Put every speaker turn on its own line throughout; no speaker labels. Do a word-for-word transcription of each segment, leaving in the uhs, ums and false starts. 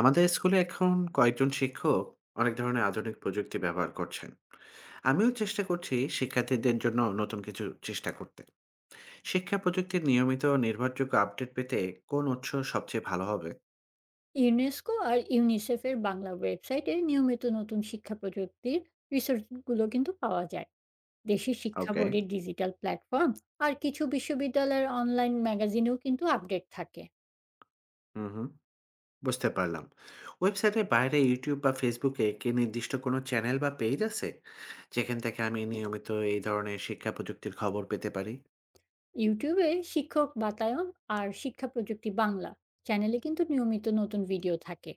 আমাদের স্কুলে এখন কয়েকজন শিক্ষক অনেক ধরনের আধুনিক প্রযুক্তি ব্যবহার করছেন। আমিও চেষ্টা করছি শিক্ষার্থীদের জন্য নতুন কিছু চেষ্টা করতে। শিক্ষা প্রযুক্তির নিয়মিত নির্ভরযোগ্য আপডেট পেতে কোন উৎস সবচেয়ে ভালো হবে?
ইউনেস্কো আর ইউনিসেফের বাংলা ওয়েবসাইটে নিয়মিত নতুন শিক্ষা প্রযুক্তির রিসোর্সগুলো কিন্তু পাওয়া যায়। দেশের শিক্ষা
ওকে।
বোর্ডের ডিজিটাল প্ল্যাটফর্ম আর কিছু বিশ্ববিদ্যালয়ের অনলাইন ম্যাগাজিনেও কিন্তু আপডেট থাকে।
হুম হুম, বুঝতে পারলাম। ওয়েবসাইটের বাইরে ইউটিউব বা ফেসবুকে কি নির্দিষ্ট কোনো চ্যানেল বা পেজ আছে, যেখান থেকে আমি নিয়মিত এই ধরনের শিক্ষা প্রযুক্তির খবর পেতে পারি?
ইউটিউবে শিক্ষক বাতায়ন আর শিক্ষা প্রযুক্তি বাংলা চ্যানেলে কিন্তু নিয়মিত নতুন ভিডিও থাকে।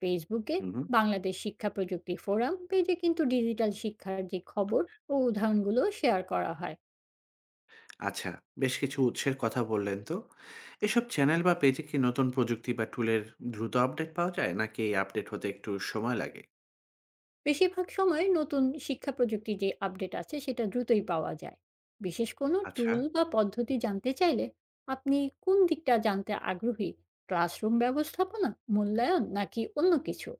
ফেসবুকে
হুম হুম।
বাংলাদেশ শিক্ষা প্রযুক্তি ফোরাম পেজে কিন্তু ডিজিটাল শিক্ষার যে খবর ও উদাহরণগুলো শেয়ার করা হয়।
আচ্ছা, বেশ কিছু উৎসের কথা বললেন তো। এসব চ্যানেল বা পেজে কি নতুন প্রযুক্তি বা টুলের দ্রুত আপডেট পাওয়া যায়? নাকি আপডেট হতে একটু সময় লাগে?
বেশিরভাগ সময় নতুন শিক্ষা প্রযুক্তির যে আপডেট আছে সেটা দ্রুতই পাওয়া যায়। বিশেষ কোনো
আচ্ছা,
টুল বা পদ্ধতি জানতে চাইলে আপনি কোন দিকটা জানতে আগ্রহী? ক্লাসরুম ব্যবস্থাপনা, মূল্যায়ন নাকি অন্য কিছু?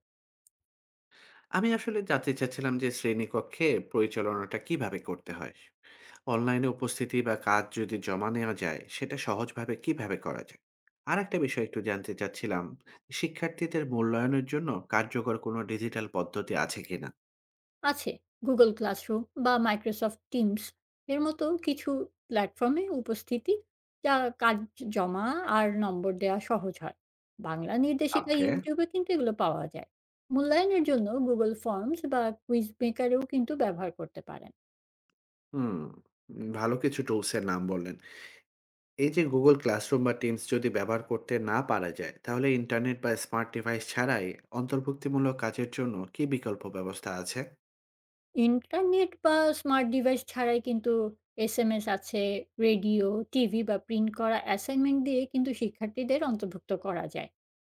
আমি আসলে জানতে চাচ্ছিলাম যে শ্রেণীকক্ষে পরিচালনাটা কিভাবে করতে হয়? অনলাইনে উপস্থিতি বা কাজ যদি জমা নেওয়া যায়, সেটা সহজভাবে কিভাবে করা যায়? আরেকটা বিষয় একটু জানতে চাচ্ছিলাম, শিক্ষার্থীদের মূল্যায়নের জন্য কার্যকর কোনো ডিজিটাল পদ্ধতি আছে কিনা?
আছে। গুগল ক্লাসরুম বা মাইক্রোসফট টিমস এর মতো কিছু প্ল্যাটফর্মে উপস্থিতি, যা কাজ জমা আর নম্বর দেওয়া সহজ হয়। বাংলা নির্দেশিকা
ওকে।
ইউটিউবে কিন্তু এগুলো পাওয়া যায়। মূল্যায়নের জন্য গুগল ফর্মস বা কুইজ মেকারেও কিন্তু ব্যবহার করতে পারেন।
হুম, ভালো কিছু টুলসের নাম বললেন। এই যে Google ক্লাসরুম বা টিমস যদি ব্যবহার করতে না পারা যায়, তাহলে ইন্টারনেট বা স্মার্ট ডিভাইস ছাড়াই অন্তর্ভুক্তিমূলক কাজের জন্য কি বিকল্প ব্যবস্থা আছে?
ইন্টারনেট বা স্মার্ট ডিভাইস ছাড়াই কিন্তু এসএমএস আছে, রেডিও, টিভি বা প্রিন্ট করা অ্যাসাইনমেন্ট দিয়ে কিন্তু শিক্ষার্থীদের অন্তর্ভুক্ত করা যায়।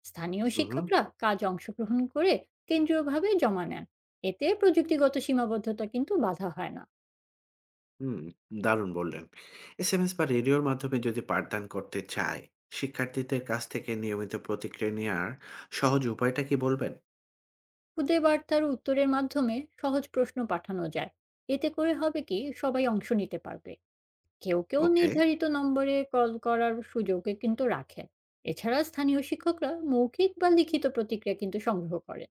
স্থানীয়
উম হুম।
শিক্ষকরা কাজ অংশগ্রহণ করে কেন্দ্রীয়ভাবে জমা নেন। এতে প্রযুক্তিগত সীমাবদ্ধতা কিন্তু বাধা হয় না।
হুম, দারুণ বললেন। এসএমএস বা রেডিওর মাধ্যমে যদি পাঠদান করতে চায়, শিক্ষার্থীদের কাছ থেকে নিয়মিত প্রতিক্রিয়া নেওয়ার সহজ উপায়টা কি বলবেন?
খুদে বার্তার উত্তরের মাধ্যমে সহজ প্রশ্ন পাঠানো যায়। এতে করে হবে কি সবাই অংশ নিতে পারবে। কেউ, কেউ
ওকে,
নির্ধারিত নম্বরে কল করার সুযোগও কিন্তু রাখেন। এছাড়া স্থানীয় শিক্ষকরা মৌখিক বা লিখিত প্রতিক্রিয়া কিন্তু সংগ্রহ করেন।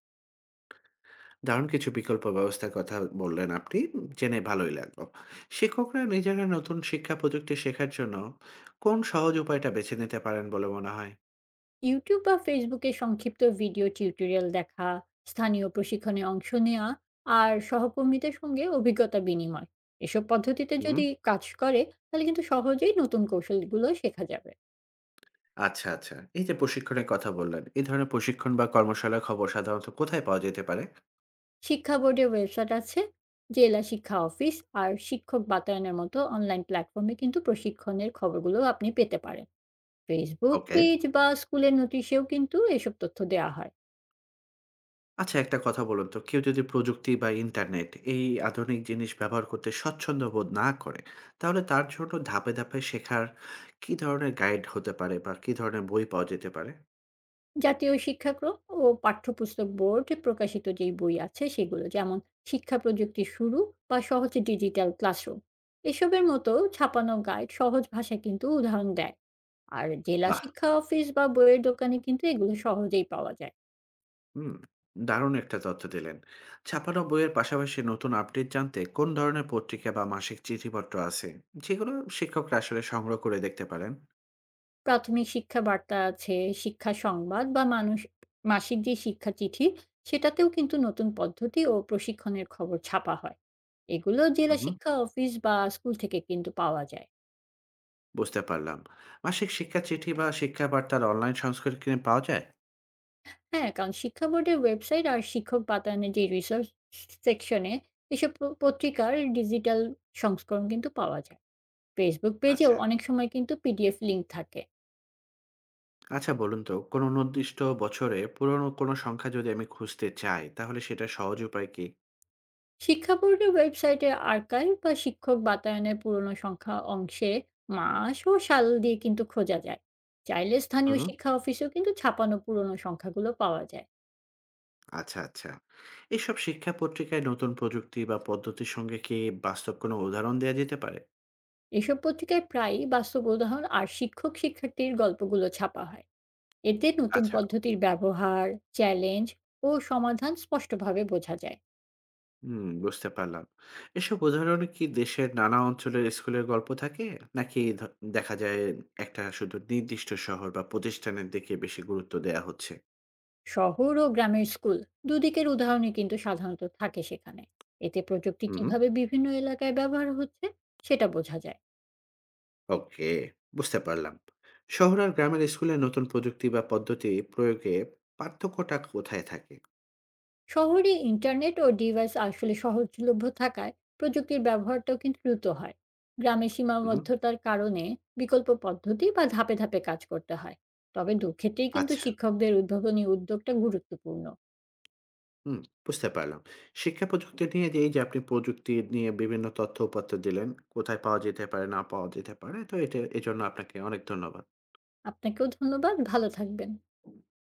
দারুণ কিছু বিকল্প ব্যবস্থার কথা বললেন আপনি, জেনে ভালোই লাগলো। শিক্ষকরা নিজেরা নতুন শিক্ষা প্রযুক্তি শেখার জন্য কোন সহজ উপায়টা বেছে নিতে পারেন বলে মনে হয়?
YouTube বা Facebook এ সংক্ষিপ্ত ভিডিও টিউটোরিয়াল দেখা, স্থানীয় প্রশিক্ষণে অংশ নেওয়া আর সহকর্মীদের সঙ্গে অভিজ্ঞতা বিনিময়। এসব পদ্ধতিতে
হুম।
যদি কাজ করে, তাহলে কিন্তু সহজেই নতুন কৌশলগুলো শেখা যাবে।
আচ্ছা, আচ্ছা। এই যে প্রশিক্ষণের কথা বললেন, এই ধরনের প্রশিক্ষণ বা কর্মশালার খবর সাধারণত কোথায় পাওয়া যেতে পারে?
শিক্ষা বোর্ডের ওয়েবসাইট আছে, জেলা শিক্ষা অফিস আর শিক্ষক বাতায়নের মতো অনলাইন প্ল্যাটফর্মে কিন্তু প্রশিক্ষণের খবরগুলো আপনি পেতে পারেন। ফেসবুক
ওকে।
পেজ বা স্কুলের নোটিশেও কিন্তু এসব তথ্য দেওয়া হয়।
আচ্ছা একটা কথা বলুন তো, কেউ যদি প্রযুক্তি বা ইন্টারনেট এই আধুনিক জিনিস ব্যবহার করতে স্বচ্ছন্দ বোধ না করে, তাহলে তার জন্য ধাপে, ধাপে শেখার কি ধরনের গাইড হতে পারে বা কি ধরনের বই পাওয়া যেতে পারে?
জাতীয় শিক্ষাক্রম ও পাঠ্যপুস্তক বোর্ড প্রকাশিত যেই বই আছে সেগুলো, যেমন শিক্ষা প্রযুক্তি শুরু বা সহজ ডিজিটাল ক্লাসরুম, এসবের মতো ছাপানো গাইড সহজ ভাষায় কিন্তু উদাহরণ দেয়। আর জেলা
বাহ!
শিক্ষা অফিস বা বইয়ের দোকানে কিন্তু এগুলো সহজেই পাওয়া যায়।
হুম, দারুণ একটা তথ্য দিলেন। ছাপানো বইয়ের পাশাপাশি নতুন আপডেট জানতে কোন ধরনের পত্রিকা বা মাসিক চিঠিপত্র আছে, যেগুলো শিক্ষকরা আসলে সংগ্রহ করে দেখতে পারেন?
প্রাথমিক শিক্ষা বার্তা আছে, শিক্ষা সংবাদ বা মানুষ মাসিক যে শিক্ষা চিঠি, সেটাতেও কিন্তু নতুন পদ্ধতি ও প্রশিক্ষণের খবর ছাপা হয়। এগুলো জেলা
উহু।
শিক্ষা অফিস বা স্কুল থেকে কিন্তু পাওয়া যায়।
বুঝতে পারলাম। মাসিক শিক্ষা চিঠি বা শিক্ষা বার্তার অনলাইন সংস্করণ কিনে পাওয়া যায়?
হ্যাঁ, কারণ শিক্ষা বোর্ডের ওয়েবসাইট আর শিক্ষক বাতায়নের যে রিসার্চ সেকশনে এসব প পত্রিকার ডিজিটাল সংস্করণ কিন্তু পাওয়া যায়। Facebook পেজেও
আচ্ছা।
অনেক সময় কিন্তু পিডিএফ লিংক থাকে।
আচ্ছা বলুন তো, কোনো নির্দিষ্ট বছরে পুরনো কোনো সংখ্যা যদি আমি খুঁজতে চাই তাহলে সেটার সহজ উপায় কি?
শিক্ষা বোর্ডের ওয়েবসাইটে আর্কাইভ বা শিক্ষক বাতায়নের পুরনো সংখ্যা অংশে মাস ও সাল দিয়ে কিন্তু খোঁজা যায়। চাইলে স্থানীয়
হুম, হুম।
শিক্ষা অফিসেও কিন্তু ছাপানো পুরনো সংখ্যাগুলো পাওয়া যায়।
আচ্ছা, আচ্ছা। এসব শিক্ষা পত্রিকায় নতুন প্রযুক্তি বা পদ্ধতির সঙ্গে কি বাস্তব কোনো উদাহরণ দেয়া যেতে পারে?
এসব পত্রিকায় প্রায়ই বাস্তব উদাহরণ আর শিক্ষক শিক্ষার্থীর গল্পগুলো ছাপা হয়। এতে নতুন
আচ্ছা,
পদ্ধতির ব্যবহার, চ্যালেঞ্জ ও সমাধান স্পষ্টভাবে বোঝা যায়।
হুম, বুঝতে পারলাম। এসব উদাহরণে কি দেশের নানা অঞ্চলের স্কুলের গল্প থাকে? নাকি ধ দেখা যায় একটা শুধু নির্দিষ্ট শহর বা প্রতিষ্ঠানের দিকে বেশি গুরুত্ব দেয়া হচ্ছে?
শহর ও গ্রামের স্কুল দুদিকের উদাহরণই কিন্তু সাধারণত থাকে সেখানে। এতে প্রযুক্তি
হুম, হুম।
কিভাবে বিভিন্ন এলাকায় ব্যবহার হচ্ছে সেটা বোঝা যায়।
ওকে, বুঝতে পারলাম। শহর আর গ্রামের স্কুলে নতুন প্রযুক্তি বা পদ্ধতি প্রয়োগে পার্থক্যটা কোথায় থাকে?
শহরে ইন্টারনেট ও ডিভাইস আসলে সহজলভ্য থাকায় প্রযুক্তির ব্যবহারটাও কিন্তু দ্রুত হয়। গ্রামে
হুম,
সীমাবদ্ধতার কারণে বিকল্প পদ্ধতি বা ধাপে ধাপে কাজ করতে হয়। তবে দুক্ষেত্রেই কিন্তু
আচ্ছা।
শিক্ষকদের উদ্ভাবনী উদ্যোগটা গুরুত্বপূর্ণ।
হুম, বুঝতে পারলাম। শিক্ষা প্রযুক্তি নিয়ে যে এই যে আপনি প্রযুক্তি নিয়ে বিভিন্ন তথ্য উপাত্ত দিলেন, কোথায় পাওয়া যেতে পারে না পাওয়া যেতে পারে, তো এটা এজন্য আপনাকে অনেক ধন্যবাদ।
আপনাকেও ধন্যবাদ, ভালো থাকবেন।